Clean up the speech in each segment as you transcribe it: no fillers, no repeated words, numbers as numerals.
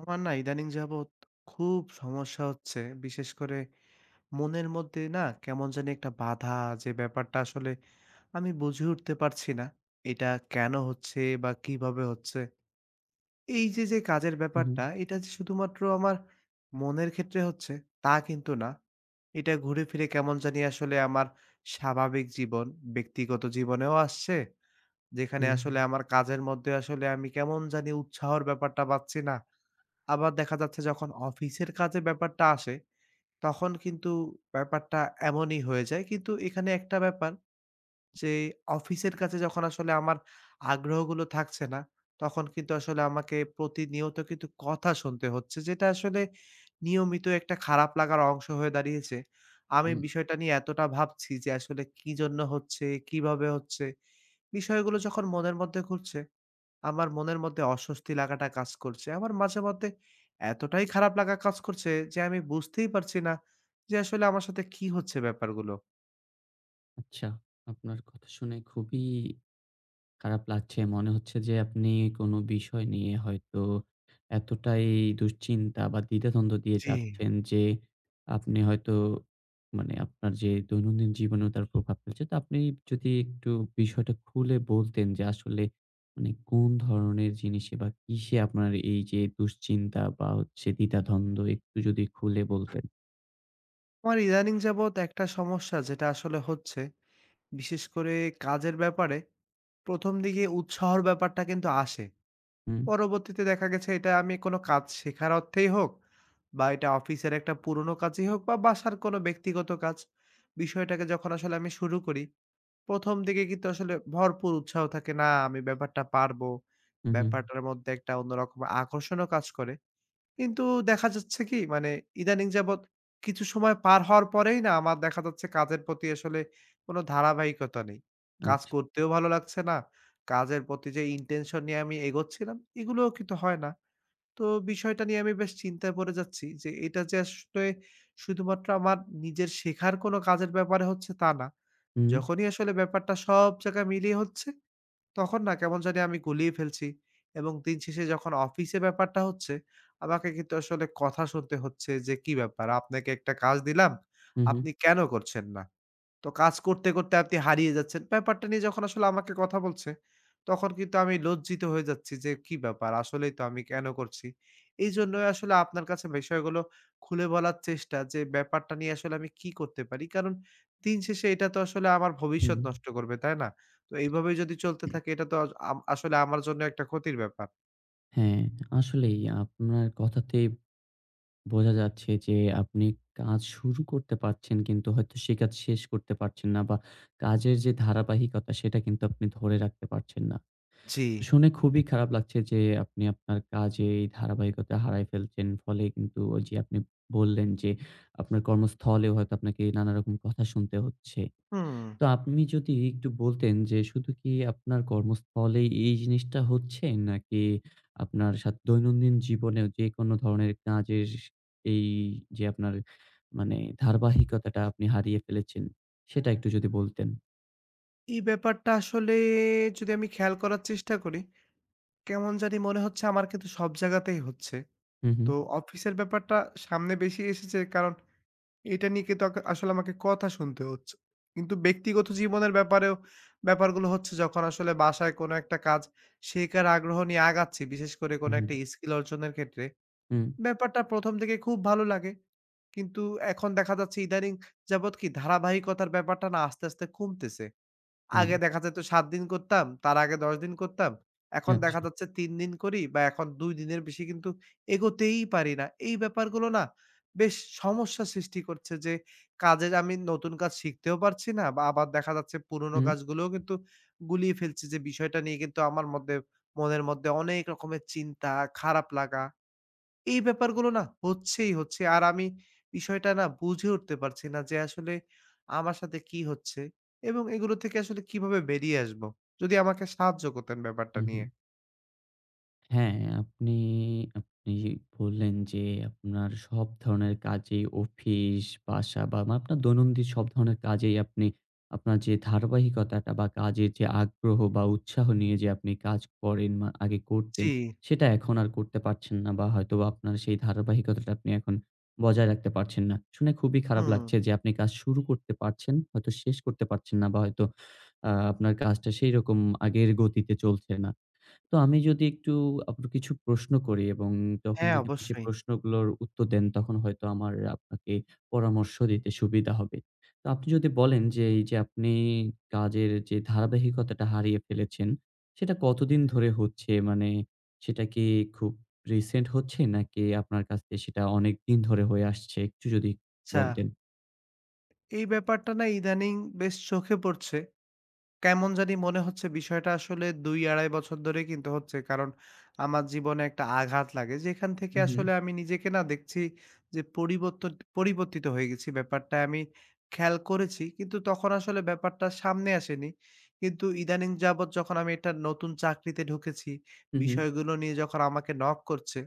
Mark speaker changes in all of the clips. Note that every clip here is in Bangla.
Speaker 1: আমার না ইদানিং যাবৎ খুব সমস্যা হচ্ছে। বিশেষ করে মনের মধ্যে না কেমন জানি একটা বাধা যে ব্যাপারটা আসলে আমি বুঝে উঠতে পারছি না। এটা কেন হচ্ছে বা কিভাবে হচ্ছে? এই যে, যে কাজের
Speaker 2: হুম,
Speaker 1: ব্যাপারটা এটা যে শুধুমাত্র আমার মনের ক্ষেত্রে হচ্ছে তা কিন্তু না। এটা ঘুরে ফিরে কেমন জানি আসলে আমার স্বাভাবিক জীবন, ব্যক্তিগত জীবনেও আসছে। যেখানে
Speaker 2: হুম,
Speaker 1: আসলে আমার কাজের মধ্যে আসলে আমি কেমন জানি উৎসাহর ব্যাপারটা পাচ্ছি না। আবার দেখা যাচ্ছে যখন অফিসের কাজে ব্যাপারটা আসে, তখন কিন্তু ব্যাপারটা এমনই হয়ে যায়। কিন্তু এখানে একটা ব্যাপার যে অফিসের কাজে যখন আসলে আমার আগ্রহগুলো থাকছে না, তখন কিন্তু আসলে আমাকে প্রতিনিয়ত কিন্তু কথা শুনতে হচ্ছে। যেটা আসলে নিয়মিত একটা খারাপ লাগার অংশ হয়ে দাঁড়িয়েছে। আমি
Speaker 2: হুম,
Speaker 1: বিষয়টা নিয়ে এতটা ভাবছি যে আসলে কি জন্য হচ্ছে, কিভাবে হচ্ছে। বিষয়গুলো যখন মনের মধ্যে ঘুরছে আমার মনের মধ্যে অস্বস্তি লাগাটা কাজ করছে। আমার মাঝে মধ্যে এতটাই খারাপ লাগা কাজ করছে যে আমি বুঝতেই পারছি না যে আসলে আমার সাথে কি হচ্ছে ব্যাপারগুলো।
Speaker 2: আচ্ছা। আপনার কথা শুনে খুবই খারাপ লাগছে। মনে হচ্ছে যে আপনি কোনো বিষয় নিয়ে হয়তো এতটাই দুশ্চিন্তা বা দ্বিধাদ্বন্দ্ব দিয়ে
Speaker 1: জি।
Speaker 2: যাচ্ছেন যে আপনি হয়তো মানে আপনার যে দৈনন্দিন জীবনেও তার প্রভাব ফেলছে। তো আপনি যদি একটু বিষয়টা খুলে বলতেন যে আসলে মানে কোন ধরনের জিনিসে বা কিসে আপনার এই যে দুশ্চিন্তা বা হচ্ছে দ্বিধাদ্বন্দ্ব একটু যদি খুলে বলতেন।
Speaker 1: আমার ইদানিং যাবৎ একটা সমস্যা যেটা আসলে হচ্ছে, বিশেষ করে কাজের ব্যাপারে ১ম দিকে উৎসাহর ব্যাপারটা কিন্তু আসে।
Speaker 2: হুম,
Speaker 1: পরবর্তীতে দেখা গেছে এটা আমি কোনো কাজ শেখার অর্থেই হোক বা এটা অফিসের একটা পুরোনো কাজই হোক বা বাসার কোনো ব্যক্তিগত কাজ, বিষয়টাকে যখন আসলে আমি শুরু করি, ১ম দিকে কিন্তু আসলে ভরপুর উৎসাহ থাকে, "না আমি ব্যাপারটা পারবো।"
Speaker 2: হুম, হুম,
Speaker 1: ব্যাপারটার মধ্যে একটা অন্যরকম আকর্ষণও কাজ করে। কিন্তু দেখা যাচ্ছে কি মানে ইদানিং যাবৎ কিছু সময় পার হওয়ার পরেই না আমার দেখা যাচ্ছে কাজের প্রতি আসলে কোনো ধারাবাহিকতা নেই। কাজ
Speaker 2: আচ্ছা।
Speaker 1: করতেও ভালো লাগছে না। কাজের প্রতি যে ইনটেনশন নিয়ে আমি এগোচ্ছিলাম এগুলোও কিন্তু হয় না। তো বিষয়টা নিয়ে আমি বেশ চিন্তায় পড়ে যাচ্ছি যে এটা যে আসলে শুধুমাত্র আমার নিজের শেখার কোনো কাজের ব্যাপারে হচ্ছে তা না।
Speaker 2: হুম,
Speaker 1: যখনই আসলে ব্যাপারটা সব জায়গায় মিলিয়ে হচ্ছে তখন না কেমন জানি আমি গুলিয়ে ফেলছি এবং দিন শেষে যখন অফিসে ব্যাপারটা হচ্ছে, আমাকে কিন্তু আসলে কথা শুনতে হচ্ছে যে, "কি ব্যাপার? আপনাকে একটা কাজ দিলাম,
Speaker 2: হুম, হুম।
Speaker 1: আপনি কেন করছেন না?" তো কাজ করতে, করতে আপনি হারিয়ে যাচ্ছেন। ব্যাপারটা নিয়ে যখন আসলে আমাকে কথা বলছে, তখন কিন্তু আমি লজ্জিত হয়ে যাচ্ছি যে, "কি ব্যাপার? আসলেই তো আমি কেন করছি?" এইজন্যই আসলে আপনার কাছে বিষয়গুলো খুলে বলার চেষ্টা যে, ব্যাপারটা নিয়ে আসলে আমি কি করতে পারি? কারণ দিন শেষে এটা তো আসলে আমার ভবিষ্যৎ
Speaker 2: হুম,
Speaker 1: নষ্ট করবে, তাই না? তো এইভাবে যদি চলতে থাকে এটা তো আজ আম আসলে আমার জন্য একটা ক্ষতির ব্যাপার।
Speaker 2: হ্যাঁ, আসলেই আপনার কথাতেই বোঝা যাচ্ছে যে আপনি কাজ শুরু করতে পারছেন কিন্তু হয়তো সে কাজ শেষ করতে পারছেন না বা কাজের যে ধারাবাহিকতা সেটা কিন্তু আপনি ধরে রাখতে পারছেন না।
Speaker 1: জি।
Speaker 2: তো শুনে খুবই খারাপ লাগছে যে আপনি আপনার কাজে এই ধারাবাহিকতা হারায় ফেলছেন। ফলে কিন্তু ওই যে আপনি বললেন যে আপনার কর্মস্থলেও হয়তো আপনাকে নানারকম কথা শুনতে হচ্ছে।
Speaker 1: হুম,
Speaker 2: তো আপনি যদি একটু বলতেন যে শুধু কি আপনার কর্মস্থলেই এই জিনিসটা হচ্ছে? নাকি আপনার সাথ দৈনন্দিন জীবনেও যেকোনো ধরনের কাজের এই যে আপনার মানে ধারাবাহিকতাটা আপনি হারিয়ে ফেলেছেন, সেটা একটু যদি বলতেন?
Speaker 1: এই ব্যাপারটা আসলে যদি আমি খেয়াল করার চেষ্টা করি, কেমন জানি মনে হচ্ছে আমার কিন্তু সব জায়গাতেই হচ্ছে।
Speaker 2: হু, হু,
Speaker 1: তো অফিসের ব্যাপারটা সামনে বেশি এসেছে কারণ এটা নিয়ে কিন্তু আসলে আমাকে কথা শুনতে হচ্ছে। কিন্তু ব্যক্তিগত জীবনের ব্যাপারেও ব্যাপারগুলো হচ্ছে যখন আসলে বাসায় কোনো একটা কাজ শেখার আগ্রহ নিয়ে আগাচ্ছি, বিশেষ করে
Speaker 2: হু,
Speaker 1: কোনো
Speaker 2: হু,
Speaker 1: একটা স্কিল অর্জনের ক্ষেত্রে,
Speaker 2: হুম,
Speaker 1: ব্যাপারটা ১ম থেকে খুব ভালো লাগে। কিন্তু এখন দেখা যাচ্ছে ইদানিং যাবৎ কি ধারাবাহিকতার ব্যাপারটা না আস্তে, আস্তে কমতেছে।
Speaker 2: হুম,
Speaker 1: আগে দেখা যেত ৭ দিন করতাম, তার আগে ১০ দিন করতাম। এখন
Speaker 2: আচ্ছা।
Speaker 1: দেখা যাচ্ছে ৩ দিন করি বা এখন ২ দিনের বেশি কিন্তু এগোতেই পারি না। এই ব্যাপারগুলো না বেশ সমস্যা সৃষ্টি করছে যে, কাজের আমি নতুন কাজ শিখতেও পারছি না বা আবার দেখা যাচ্ছে পুরোনো
Speaker 2: হুম,
Speaker 1: কাজগুলোও কিন্তু গুলিয়ে ফেলছি যে বিষয়টা নিয়ে কিন্তু আমার মধ্যে মনের মধ্যে অনেক রকমের চিন্তা, খারাপ লাগা এই ব্যাপারগুলো না হচ্ছেই হচ্ছে। আর আমি বিষয়টা না বুঝে উঠতে পারছি না যে আসলে আমার সাথে কি হচ্ছে এবং এগুলো থেকে আসলে কিভাবে বেরিয়ে আসবো? যদি আমাকে সাহায্য করতেন ব্যাপারটা
Speaker 2: হু, হু।
Speaker 1: নিয়ে।
Speaker 2: হ্যাঁ, আপনি আপনি বললেন যে আপনার সব ধরনের কাজেই অফিস, বাসা বা মা আপনার দৈনন্দিন সব ধরনের কাজেই আপনি আপনার যে ধারাবাহিকতাটা বা কাজের যে আগ্রহ বা উৎসাহ নিয়ে যে আপনি কাজ করেন বা আগে করতেন,
Speaker 1: জি।
Speaker 2: সেটা এখন আর করতে পারছেন না বা হয়তোবা আপনার সেই ধারাবাহিকতাটা আপনি এখন বজায় রাখতে পারছেন না। শুনে খুবই খারাপ
Speaker 1: হুম।
Speaker 2: লাগছে যে আপনি কাজ শুরু করতে পারছেন, হয়তো শেষ করতে পারছেন না বা হয়তো আপনার কাজটা সেইরকম আগের গতিতে চলছে না। তো আমি যদি একটু আপনার কিছু প্রশ্ন করি এবং তখন
Speaker 1: হ্যাঁ,
Speaker 2: যদি আপনি সেই
Speaker 1: অবশ্যই।
Speaker 2: প্রশ্নগুলোর উত্তর দেন, তখন হয়তো আমার আপনাকে পরামর্শ দিতে সুবিধা হবে। তো আপনি যদি বলেন যে, এই যে আপনি কাজের যে ধারাবাহিকতাটা হারিয়ে ফেলেছেন, সেটা কতদিন ধরে হচ্ছে? মানে সেটা কি খুব রিসেন্ট হচ্ছে? নাকি আপনার কাছে সেটা অনেকদিন ধরে হয়ে আসছে? একটু যদি
Speaker 1: আচ্ছা।
Speaker 2: বলতেন।
Speaker 1: এই ব্যাপারটা না ইদানিং বেশ চোখে পড়ছে। কেমন জানি মনে হচ্ছে বিষয়টা আসলে ২-২.৫ বছর ধরেই কিন্তু হচ্ছে। কারণ আমার জীবনে একটা আঘাত লাগে। যেখান থেকে
Speaker 2: হু, হু।
Speaker 1: আসলে আমি নিজেকে না দেখছি যে পরিবর্তন পরিবর্তিত হয়ে গেছি। ব্যাপারটা আমি খেয়াল করেছি। কিন্তু তখন আসলে ব্যাপারটা সামনে আসেনি। কিন্তু ইদানিং যাবৎ যখন আমি একটা নতুন চাকরিতে ঢুকেছি,
Speaker 2: হু, হু।
Speaker 1: বিষয়গুলো নিয়ে যখন আমাকে নক করছে,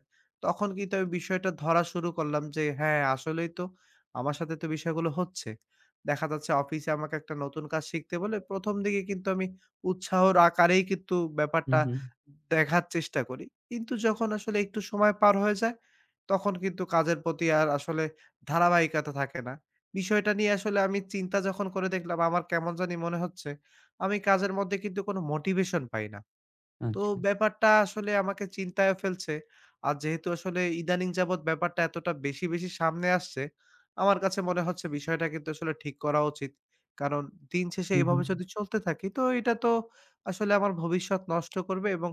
Speaker 1: তখন কিন্তু আমি বিষয়টা ধরা শুরু করলাম যে হ্যাঁ, আসলেই তো আমার সাথে তো বিষয়গুলো হচ্ছে। দেখা যাচ্ছে অফিসে আমাকে একটা নতুন কাজ শিখতে বলে ১ম দিকে কিন্তু আমি উৎসাহর আকারেই কিন্তু
Speaker 2: হু,
Speaker 1: ব্যাপারটা
Speaker 2: হু।
Speaker 1: দেখার চেষ্টা করি। কিন্তু যখন আসলে একটু সময় পার হয়ে যায়, তখন কিন্তু কাজের প্রতি আর আসলে ধারাবাহিকতা থাকে না। বিষয়টা নিয়ে আসলে আমি চিন্তা যখন করে দেখলাম, আমার কেমন জানি মনে হচ্ছে, আমি কাজের মধ্যে কিন্তু কোনো মোটিভেশন পাই না। তো
Speaker 2: আচ্ছা।
Speaker 1: ব্যাপারটা আসলে আমাকে চিন্তায় ফেলছে। আর যেহেতু আসলে ইদানিং যাবৎ ব্যাপারটা এতটা বেশি, বেশি সামনে আসছে, আমার কাছে মনে হচ্ছে বিষয়টা কিন্তু আসলে ঠিক করা উচিত। কারণ দিন শেষে
Speaker 2: হু, হু।
Speaker 1: এভাবে যদি চলতে থাকি তো এটা তো আসলে আমার ভবিষ্যৎ নষ্ট করবে এবং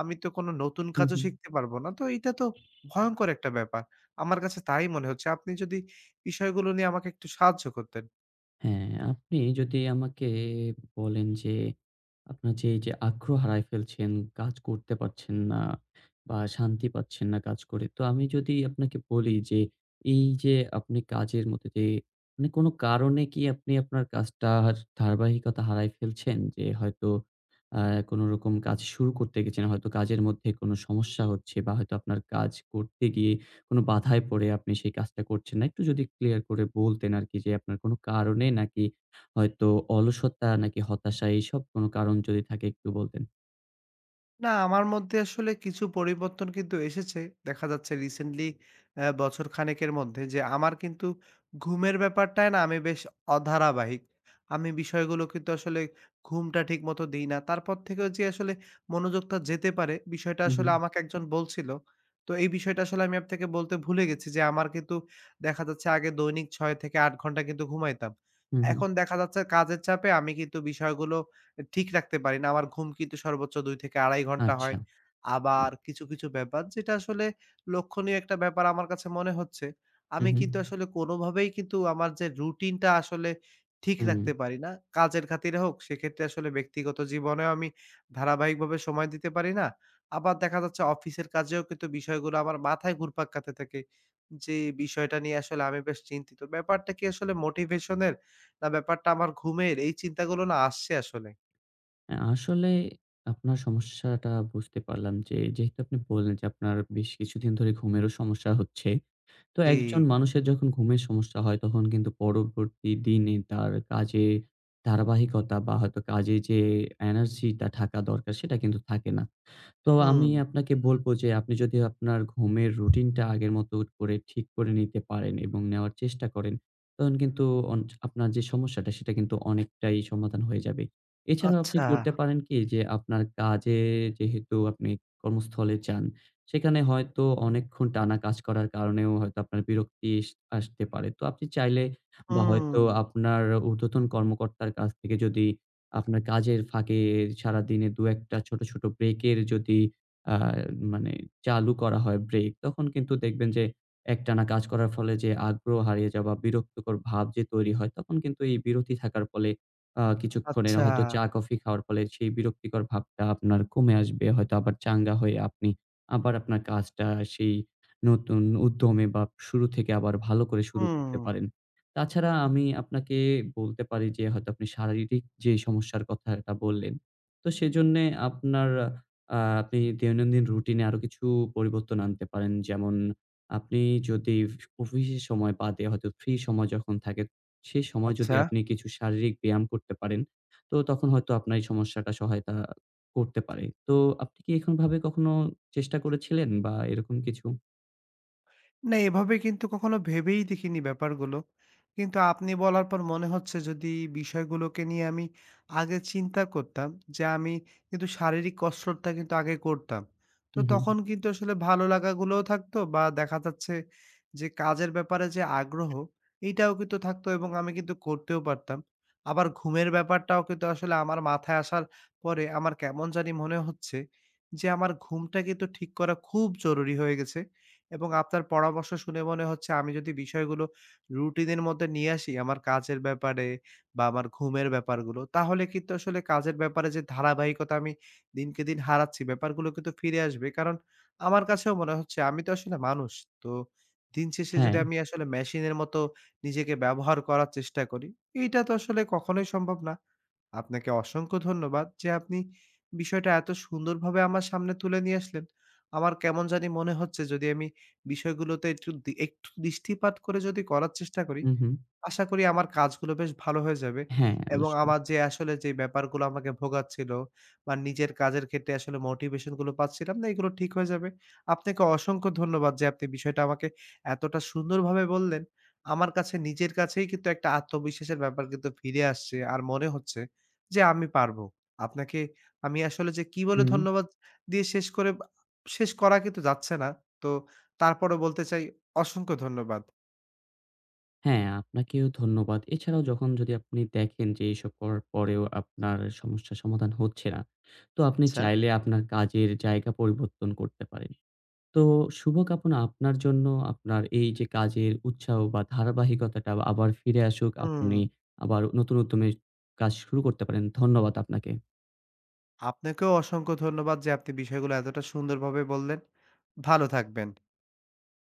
Speaker 1: আমি তো কোনো নতুন
Speaker 2: হু,
Speaker 1: কাজও
Speaker 2: হু।
Speaker 1: শিখতে পারবো না। তো এটা তো ভয়ংকর একটা ব্যাপার। আমার কাছে তাই মনে হচ্ছে। আপনি যদি বিষয়গুলো নিয়ে আমাকে একটু সাহায্য করতেন।
Speaker 2: হ্যাঁ, আপনি যদি আমাকে বলেন যে, আপনার যে এই যে আগ্রহ হারায় ফেলছেন, কাজ করতে পারছেন না বা শান্তি পাচ্ছেন না কাজ করে। তো আমি যদি আপনাকে বলি যে, এই যে আপনি কাজের মধ্যে দিয়ে মানে কোনো কারণে কি আপনি আপনার কাজটার ধারাবাহিকতা হারায় ফেলছেন? যে হয়তো আ কোনোরকম কাজ শুরু করতে গেছেন, হয়তো কাজের মধ্যে কোনো সমস্যা হচ্ছে বা হয়তো আপনার কাজ করতে গিয়ে কোনো বাধায় পড়ে আপনি সেই কাজটা করছেন না। একটু যদি ক্লিয়ার করে বলতেন আরকি যে আপনার কোনো কারণে নাকি হয়তো অলসতা নাকি হতাশা এইসব কোনো কারণ যদি থাকে একটু বলতেন?
Speaker 1: না, আমার মধ্যে আসলে কিছু পরিবর্তন কিন্তু এসেছে। দেখা যাচ্ছে রিসেন্টলি বছর খানেকের মধ্যে যে আমার কিন্তু ঘুমের ব্যাপারটায় না আমি বেশ অধারাবাহিক। আমি বিষয়গুলো কিন্তু আসলে ঘুমটা ঠিকমতো দিই না। তারপর থেকেও যে আসলে মনোযোগটা যেতে পারে, বিষয়টা
Speaker 2: হু, হু,
Speaker 1: আসলে আমাকে একজন বলছিল। তো এই বিষয়টা আসলে আমি আপনাকে বলতে ভুলে গেছি যে আমার কিন্তু দেখা যাচ্ছে আগে দৈনিক ৬ থেকে ৮ ঘন্টা কিন্তু ঘুমাইতাম।
Speaker 2: হু, হু।
Speaker 1: এখন দেখা যাচ্ছে কাজের চাপে আমি কিন্তু বিষয়গুলো ঠিক রাখতে পারি না। আমার ঘুম কিন্তু সর্বোচ্চ ২-২.৫ ঘন্টা হয়।
Speaker 2: আচ্ছা।
Speaker 1: আবার কিছু, কিছু ব্যাপার যেটা আসলে লক্ষণীয় একটা ব্যাপার আমার কাছে মনে হচ্ছে।
Speaker 2: হু,
Speaker 1: আমি
Speaker 2: হু,
Speaker 1: কিন্তু আসলে কোনোভাবেই কিন্তু আমার যে রুটিনটা আসলে ঠিক
Speaker 2: হুম।
Speaker 1: রাখতে পারি না। কাজের খাতিরে হোক, সেক্ষেত্রে আসলে ব্যক্তিগত জীবনেও আমি ধারাবাহিকভাবে সময় দিতে পারি না। আবার দেখা যাচ্ছে অফিসের কাজেও কিন্তু বিষয়গুলো আমার মাথায় ঘুরপাক খাতে থাকে। যে বিষয়টা নিয়ে আসলে আমি বেশ চিন্তিত। ব্যাপারটা কি আসলে মোটিভেশনের না ব্যাপারটা আমার ঘুমের এই চিন্তাগুলো না আসছে আসলে।
Speaker 2: আসলে আপনার সমস্যাটা বুঝতে পারলাম যে যেহেতু আপনি বললেন যে আপনার বেশ কিছুদিন ধরে ঘুমেরও সমস্যা হচ্ছে। তো
Speaker 1: জি,
Speaker 2: একজন মানুষের যখন ঘুমের সমস্যা হয় তখন কিন্তু পরবর্তী দিনে তার কাজে ধারাবাহিকতা বা হয়তো কাজে যে এনার্জিটা থাকা দরকার সেটা কিন্তু থাকে না। তো আমি
Speaker 1: হুম,
Speaker 2: আপনাকে বলব যে আপনি যদি আপনার ঘুমের রুটিনটা আগের মতো করে ঠিক করে নিতে পারেন এবং নেওয়ার চেষ্টা করেন, তখন কিন্তু অন আপনার যে সমস্যাটা সেটা কিন্তু অনেকটাই সমাধান হয়ে যাবে। এছাড়াও আপনি
Speaker 1: আচ্ছা,
Speaker 2: করতে পারেন কি যে আপনার কাজে যেহেতু আপনি কর্মস্থলে যান, সেখানে হয়তো অনেকক্ষণ টানা কাজ করার কারণেও হয়তো আপনার বিরক্তি আসতে পারে। তো আপনি চাইলে বা হয়তো
Speaker 1: হুম,
Speaker 2: আপনার ঊর্ধ্বতন কর্মকর্তার কাছ থেকে যদি আপনার কাজের ফাঁকে সারাদিনে ২-১ টা ছোট, ছোট ব্রেকের যদি আ মানে চালু করা হয় ব্রেক, তখন কিন্তু দেখবেন যে একটানা কাজ করার ফলে যে আগ্রহ হারিয়ে যাওয়া, বিরক্তিকর ভাব যে তৈরি হয়, তখন কিন্তু এই বিরতি থাকার ফলে কিছুক্ষণের
Speaker 1: আচ্ছা,
Speaker 2: হয়তো চা-কফি খাওয়ার ফলে সেই বিরক্তিকর ভাবটা আপনার কমে আসবে। হয়তো আবার চাঙ্গা হয়ে আপনি আবার আপনার কাজটা সেই নতুন উদ্যমে বা শুরু থেকে আবার ভালো করে শুরু
Speaker 1: হুম,
Speaker 2: করতে পারেন। তাছাড়া আমি আপনাকে বলতে পারি যে হয়তো আপনি শারীরিক যে সমস্যার কথাটা বললেন, তো সেজন্যে আপনার আপনি দৈনন্দিন রুটিনে আরো কিছু পরিবর্তন আনতে পারেন। যেমন আপনি যদি অফিসের সময় বাদে হয়তো ফ্রি সময় যখন থাকে, সেই সময় যদি
Speaker 1: আচ্ছা।
Speaker 2: আপনি কিছু শারীরিক ব্যায়াম করতে পারেন, তো তখন হয়তো আপনার এই সমস্যাটা সহায়তা করতে পারে। তো আপনি কি এখন ভাবে কখনো চেষ্টা করেছিলেন বা এরকম কিছু?
Speaker 1: না, এভাবে কিন্তু কখনো ভেবেই দেখিনি ব্যাপারগুলো। কিন্তু আপনি বলার পর মনে হচ্ছে যদি বিষয়গুলোকে নিয়ে আমি আগে চিন্তা করতাম যে আমি কিন্তু শারীরিক কসরতটা কিন্তু আগে করতাম। তো
Speaker 2: হু, হু।
Speaker 1: তখন কিন্তু আসলে ভালো লাগাগুলোও থাকতো বা দেখা যাচ্ছে যে কাজের ব্যাপারে যে আগ্রহ এইটাও কিন্তু থাকতো এবং আমি কিন্তু করতেও পারতাম। আবার ঘুমের ব্যাপারটাও কিন্তু আসলে আমার মাথায় আসার পরে আমার কেমন জানি মনে হচ্ছে যে আমার ঘুমটা কিন্তু ঠিক করা খুব জরুরি হয়ে গেছে। এবং আপনার পরামর্শ শুনে মনে হচ্ছে আমি যদি বিষয়গুলো রুটিনের মধ্যে নিয়ে আসি আমার কাজের ব্যাপারে বা আমার ঘুমের ব্যাপারগুলো, তাহলে কিন্তু আসলে কাজের ব্যাপারে যে ধারাবাহিকতা আমি দিনকে দিন হারাচ্ছি, ব্যাপারগুলো কিন্তু ফিরে আসবে। কারণ আমার কাছেও মনে হচ্ছে আমি তো আসলে মানুষ। তো দিন শেষে যদি
Speaker 2: হ্যাঁ।
Speaker 1: আমি আসলে মেশিনের মতো নিজেকে ব্যবহার করার চেষ্টা করি, এইটা তো আসলে কখনোই সম্ভব না। আপনাকে অসংখ্য ধন্যবাদ যে আপনি বিষয়টা এত সুন্দরভাবে আমার সামনে তুলে নিয়ে আসলেন। আমার কেমন জানি মনে হচ্ছে যদি আমি বিষয়গুলোতে একটু দৃষ্টিপাত করে যদি করার চেষ্টা করি,
Speaker 2: হু, হু।
Speaker 1: আশা করি আমার কাজগুলো বেশ ভালো হয়ে যাবে
Speaker 2: হ্যাঁ,
Speaker 1: এবং
Speaker 2: অবশ্যই।
Speaker 1: আমার যে আসলে যে ব্যাপারগুলো আমাকে ভোগাচ্ছিল বা নিজের কাজের ক্ষেত্রে আসলে মোটিভেশন গুলো পাচ্ছিলাম না, এগুলো ঠিক হয়ে যাবে। আপনাকে অসংখ্য ধন্যবাদ যে আপনি বিষয়টা আমাকে এতটা সুন্দরভাবে বললেন। আমার কাছে নিজের কাছেই কিন্তু একটা আত্মবিশ্বাসের ব্যাপার কিন্তু ফিরে আসছে। আর মনে হচ্ছে যে আমি পারবো। আপনাকে আমি আসলে যে কি বলে
Speaker 2: হু।
Speaker 1: ধন্যবাদ দিয়ে শেষ করে বা শেষ করা কিন্তু যাচ্ছে না। তো তারপরেও বলতে চাই অসংখ্য ধন্যবাদ।
Speaker 2: হ্যাঁ, আপনাকেও ধন্যবাদ। এছাড়াও যখন যদি আপনি দেখেন যে এসব করার পরেও আপনার সমস্যার সমাধান হচ্ছে না, তো আপনি
Speaker 1: আচ্ছা।
Speaker 2: চাইলে আপনার কাজের জায়গা পরিবর্তন করতে পারেন। তো শুভকামনা আপনার জন্য। আপনার এই যে কাজের উৎসাহ বা ধারাবাহিকতাটা আবার ফিরে আসুক।
Speaker 1: হুম।
Speaker 2: আপনি আবার নতুন উদ্যমে কাজ শুরু করতে পারেন। ধন্যবাদ আপনাকে।
Speaker 1: আপনাকেও অসংখ্য ধন্যবাদ যে আপনি বিষয়গুলো এতটা সুন্দরভাবে বললেন। ভালো থাকবেন।